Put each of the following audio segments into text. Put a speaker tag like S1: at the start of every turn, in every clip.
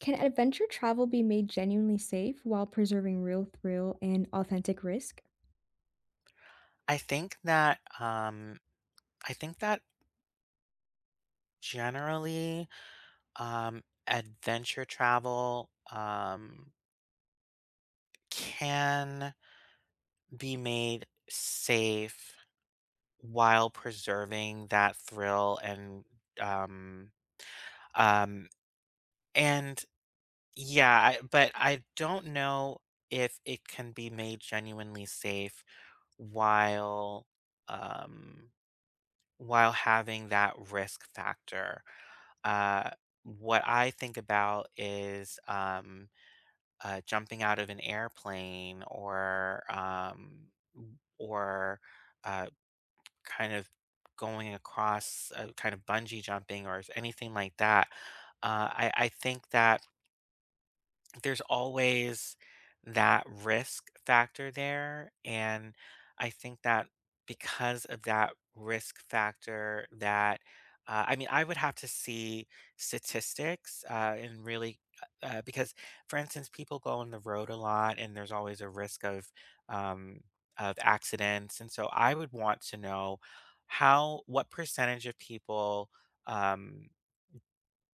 S1: Can adventure travel be made genuinely safe while preserving real thrill and authentic risk?
S2: I think that um I think that generally, adventure travel can be made safe while preserving that thrill um um and yeah, but I don't know if it can be made genuinely safe while, um while having that risk factor. Uh, what I think about is, jumping out of an airplane, or or uh, kind of going across, kind of bungee jumping or anything like that. I think that there's always that risk factor there. And I think that because of that risk factor, that, I mean, I would have to see statistics, and really, because for instance, people go on the road a lot and there's always a risk um, of accidents. And so I would want to know how, what percentage of people. Um,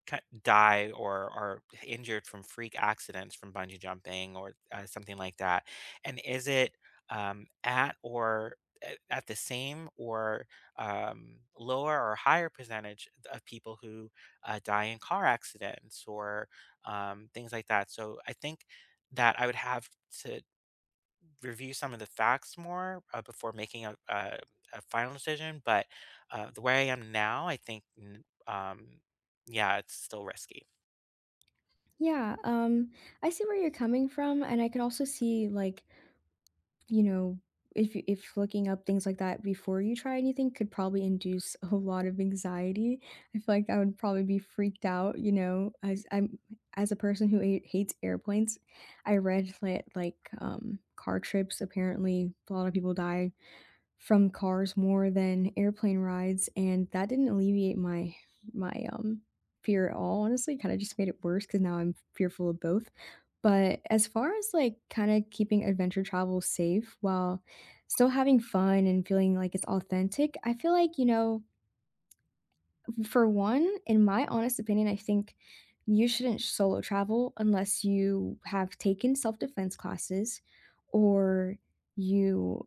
S2: ki die or are injured from freak accidents from bungee jumping, or something like that? And is it, at or a at the same, or lower or higher percentage of people who, die in car accidents, or things like that? So, I think that I would have to review some of the facts more, before making a final decision, but, the way I am now, I think, n yeah, it's still risky.
S1: Yeah, I see where you're coming from, and I can also see like you know if looking up things like that before you try anything could probably induce a lot of anxiety. I feel like I would probably be freaked out, you know, as a person who hates airplanes. I read that like car trips apparently a lot of people die from cars more than airplane rides, and that didn't alleviate my fear at all, honestly, kinda just made it worse because now I'm fearful of both. But as far as, like, kinda keeping adventure travel safe while still having fun and feeling like it's authentic, I feel like, you know, for one, in my honest opinion, I think you shouldn't solo travel unless you have taken self defense classes or you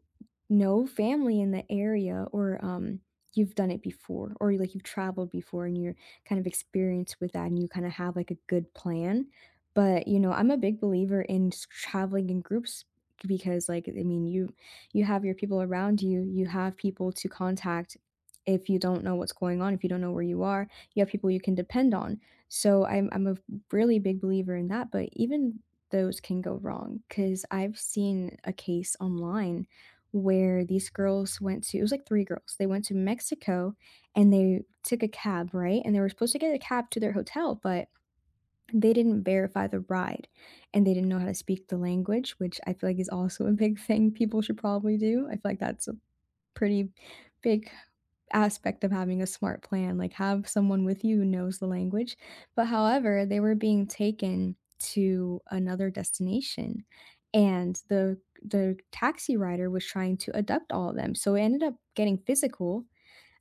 S1: know family in the area or you've done it before or like you've traveled before and you're kind of experienced with that and you kind of have like a good plan. But, you know, I'm a big believer in traveling in groups because like I mean you have your people around you, you have people to contact if you don't know what's going on, if you don't know where you are, you have people you can depend on. So I'm a really big believer in that, but even those can go wrong cuz I've seen a case online where these girls went to, it was like 3 girls. They went to Mexico and they took a cab, right? And they were supposed to get a cab to their hotel, but they didn't verify the ride and they didn't know how to speak the language, which I feel like is also a big thing people should probably do. I feel like that's a pretty big aspect of having a smart plan, like have someone with you who knows the language. But however, they were being taken to another destination and the taxi rider was trying to abduct all of them. So it ended up getting physical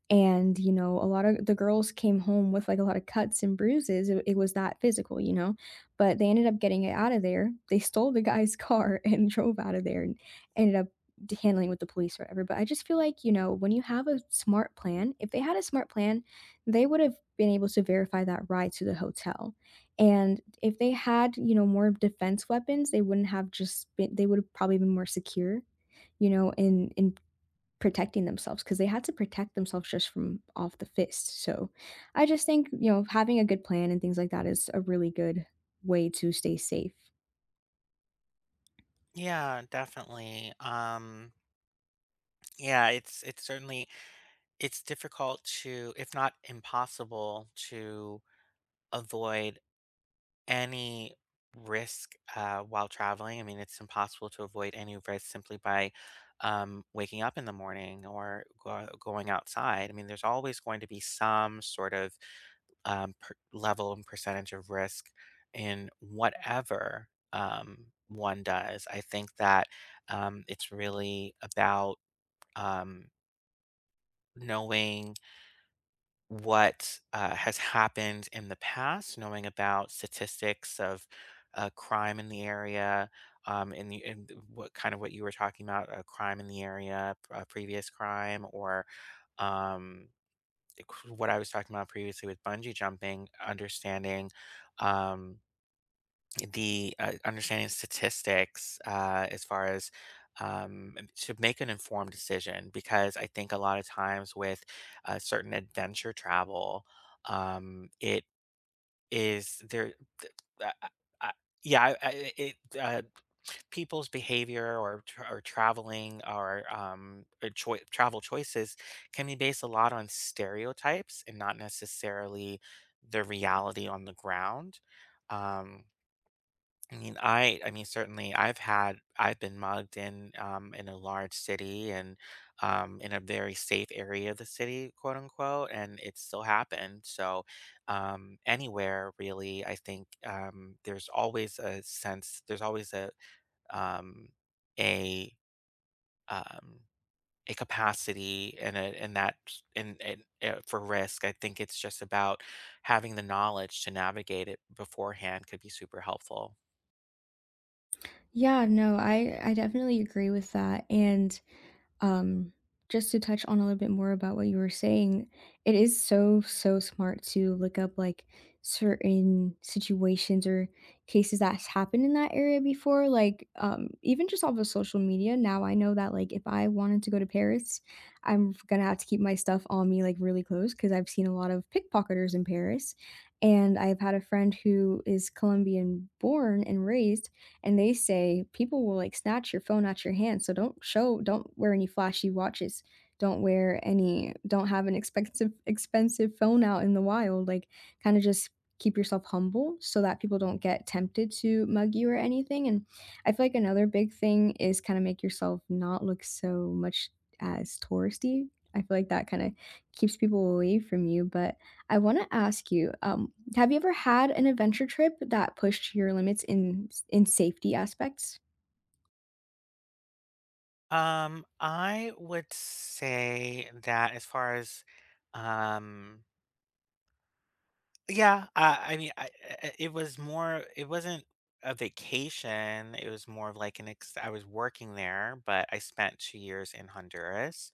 S1: and, you know, a lot of the girls came home with, like, a lot of cuts and bruises, it was that physical, you know? But they ended up getting it out of there. They stole the guy's car and drove out of there and ended up d handling with the police or whatever, but I just feel like, you know, when you have a smart plan if they had a smart plan, they would've been able to verify that ride to the hotel. And if they had, you know, more defense weapons, they wouldn't have just been they would've probably been more secure, you know, in protecting themselves because they had to protect themselves just from off the fist. So I just think, you know, having a good plan and things like that is a really good way to stay safe.
S2: Yeah, definitely. Yeah, it's certainly it's difficult to, if not impossible, to avoid any risk, while traveling. I mean, it's impossible to avoid any risk simply by, waking up in the morning or going outside. I mean, there's always going to be some sort of, level and percentage of risk in whatever, one does. I think that, it's really about, um, knowing what, has happened in the past, knowing about statistics of, crime in the area, what kind of what you were talking about, a crime in the area, a previous crime, or, um, what I was talking about previously with bungee jumping, understanding, um, the, understanding statistics, as far as, to make an informed decision. Because I think a lot of times with, certain adventure travel, it is there th I yeah, I it, people's behavior or tr or traveling, or or choi travel choices can be based a lot on stereotypes and not necessarily the reality on the ground. Um I mean, I I mean, certainly I've been mugged in, in a large city and, in a very safe area of the city, quote unquote, and it still happened. So, anywhere really, I think there's always a sense there's always um a um a capacity and a and that in for risk. I think it's just about having the knowledge to navigate it beforehand could be super helpful.
S1: Yeah, no, I definitely agree with that. And Um, just to touch on a little bit more about what you were saying, it is so, so smart to look up like certain situations or cases that's happened in that area before. Like, even just off of social media, now I know that like if I wanted to go to Paris, I'm gonna have to keep my stuff on me like really close because I've seen a lot of pickpocketers in Paris. And I've had a friend who is Colombian born and raised, and they say people will like snatch your phone out your hand, so don't wear any flashy watches, don't wear any don't have an expensive phone out in the wild, like kind of just keep yourself humble so that people don't get tempted to mug you or anything. And I feel like another big thing is kind of make yourself not look so much as touristy. I feel like that kind of keeps people away from you. But I want to ask you, have you ever had an adventure trip that pushed your limits in safety aspects?
S2: I would say that as far as, um, yeah, it was more, it wasn't a vacation. It was more of like an ex I was working there, but I spent 2 years in Honduras,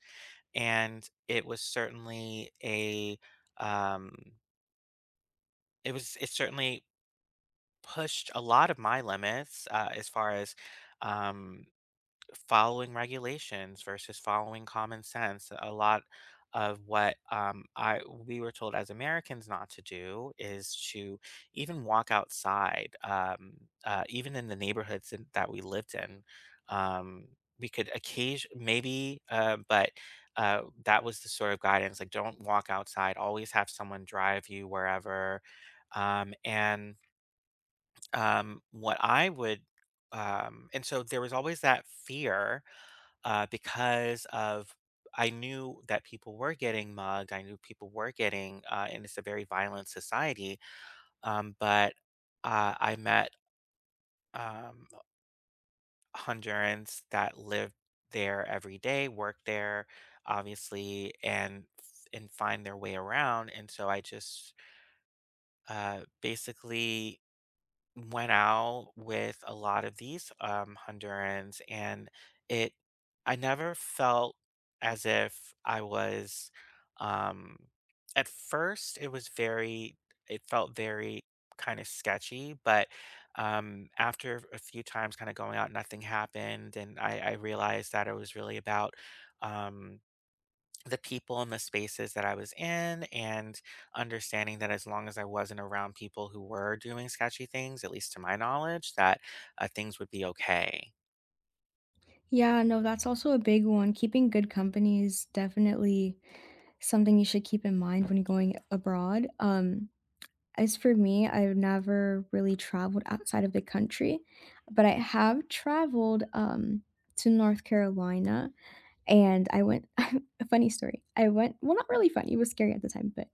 S2: and it was certainly a, um, it certainly pushed a lot of my limits, as far as, um, following regulations versus following common sense. A lot of what, I we were told as Americans not to do is to even walk outside, even in the neighborhoods that we lived in. Um, we could occasion maybe, but that was the sort of guidance like don't walk outside. Always have someone drive you wherever. And what I would and so there was always that fear, because of, I knew that people were getting mugged. I knew people were getting, and it's a very violent society. But I met, um, Hondurans that lived there every day, worked there, obviously, and find their way around. And so I just, basically went out with a lot of these, Hondurans, and it I never felt as if I was. Um, at first, it was very. It felt very kind of sketchy, but, after a few times, kind of going out, nothing happened, and I realized that it was really about. Um, the people and the spaces that I was in, and understanding that as long as I wasn't around people who were doing sketchy things, at least to my knowledge, that, things would be okay.
S1: Yeah, no, that's also a big one. Keeping good company is definitely something you should keep in mind when you're going abroad. As for me, I've never really traveled outside of the country, but I have traveled to North Carolina, and I went a funny story. I went Well, not really funny, it was scary at the time, but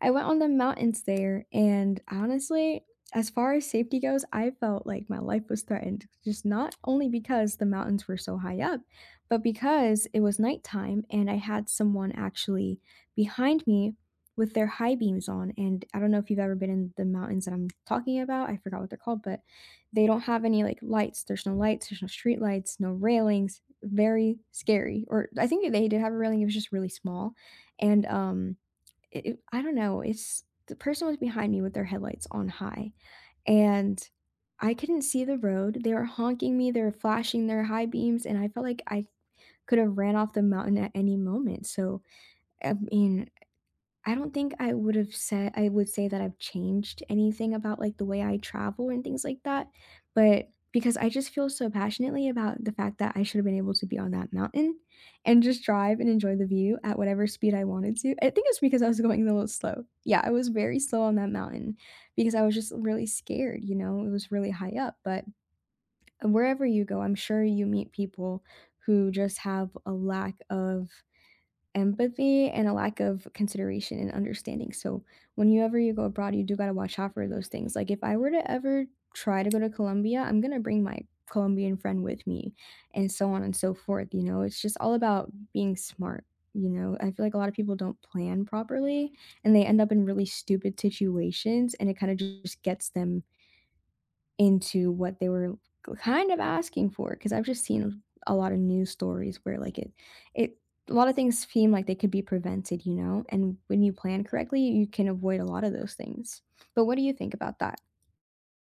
S1: I went on the mountains there, and honestly, as far as safety goes, I felt like my life was threatened, just not only because the mountains were so high up, but because it was nighttime and I had someone actually behind me with their high beams on. And I don't know if you've ever been in the mountains that I'm talking about. I forgot what they're called, but they don't have any like lights. There's no lights, there's no street lights, no railings, very scary, or I think they did have a railing, it was just really small, and, it it I don't know, it's the person was behind me with their headlights on high, and I couldn't see the road, they were honking me, they were flashing their high beams, and I felt like I could have ran off the mountain at any moment. So, I mean, I don't think I would have said I would say that I've changed anything about, like, the way I travel and things like that, but because I just feel so passionately about the fact that I should have been able to be on that mountain and just drive and enjoy the view at whatever speed I wanted to. I think it's because I was going a little slow. Yeah, I was very slow on that mountain because I was just really scared, you know, it was really high up. But wherever you go, I'm sure you meet people who just have a lack of empathy and a lack of consideration and understanding. So whenever you go abroad, you do gotta watch out for those things. Like if I were to ever try to go to Colombia, I'm gonna bring my Colombian friend with me, and so on and so forth. You know, it's just all about being smart. You know, I feel like a lot of people don't plan properly and they end up in really stupid situations, and it kind of just gets them into what they were kind of asking for, because 'cause I've just seen a lot of news stories where, like, it a lot of things seem like they could be prevented, you know, and when you plan correctly, you can avoid a lot of those things. But what do you think about that?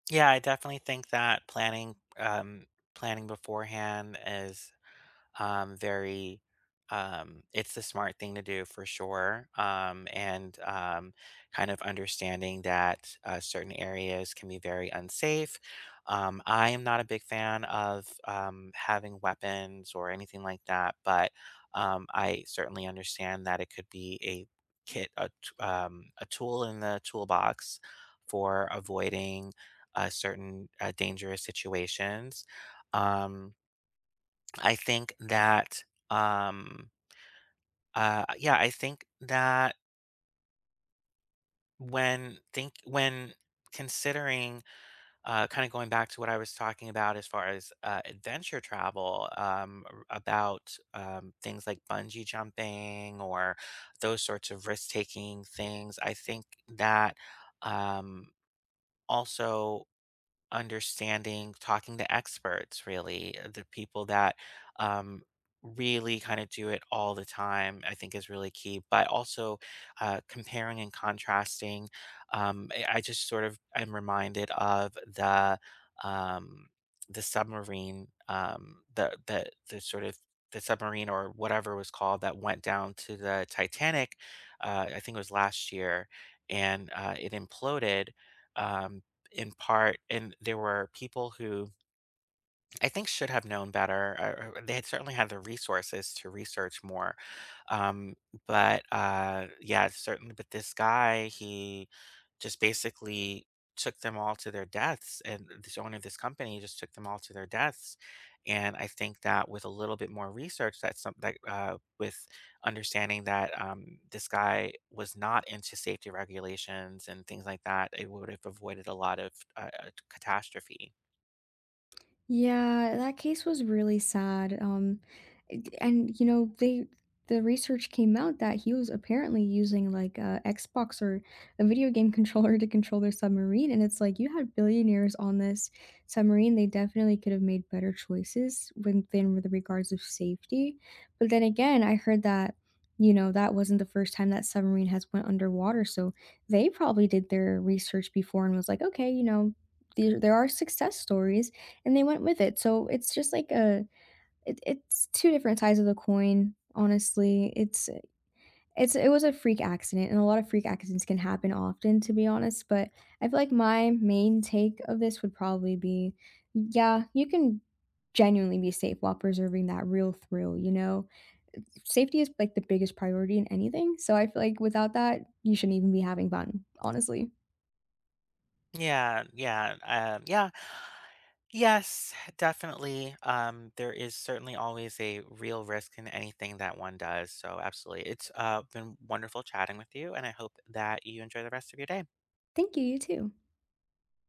S2: Yeah, I definitely think that planning, planning beforehand is, very, it's the smart thing to do for sure. And kind of understanding that, certain areas can be very unsafe. I am not a big fan of, having weapons or anything like that, but, I certainly understand that it could be a kit, a, t- a tool in the toolbox for avoiding, certain, dangerous situations. Um, I think that, um, yeah, I think that when considering, kind of going back to what I was talking about as far as, adventure travel, r- about things like bungee jumping or those sorts of risk taking things, I think that, um, also understanding, talking to experts, really, the people that, um, really kind of do it all the time, I think is really key. But also, comparing and contrasting. I just sort of am reminded of the, um, the submarine, the sort of the submarine or whatever it was called that went down to the Titanic. I think it was last year, and, it imploded, um, in part, and there were people who I think should have known better. Or They had certainly had the resources to research more, um, but yeah, certainly. But this guy, he just basically took them all to their deaths, and this owner of this company just took them all to their deaths. And I think that with a little bit more research, that's something that, with understanding that, this guy was not into safety regulations and things like that, it would have avoided a lot of, catastrophe.
S1: Yeah, that case was really sad. And you know, the research came out that he was apparently using like a Xbox or a video game controller to control their submarine, and it's like you had billionaires on this submarine. They definitely could have made better choices with regards of safety. But then again, I heard that you know that wasn't the first time that submarine has went underwater, so they probably did their research before and was like, okay, you know, there are success stories and they went with it. So it's just like a it's two different sides of the coin. Honestly, it was a freak accident, and a lot of freak accidents can happen often, to be honest. But I feel like my main take of this would probably be, yeah, you can genuinely be safe while preserving that real thrill. You know, safety is like the biggest priority in anything. So I feel like without that, you shouldn't even be having fun. Honestly,
S2: Yeah, yeah, um, yeah. Yes, definitely. There is certainly always a real risk in anything that one does. So, absolutely. It's, been wonderful chatting with you, and I hope that you enjoy the rest of your day.
S1: thank you. You too.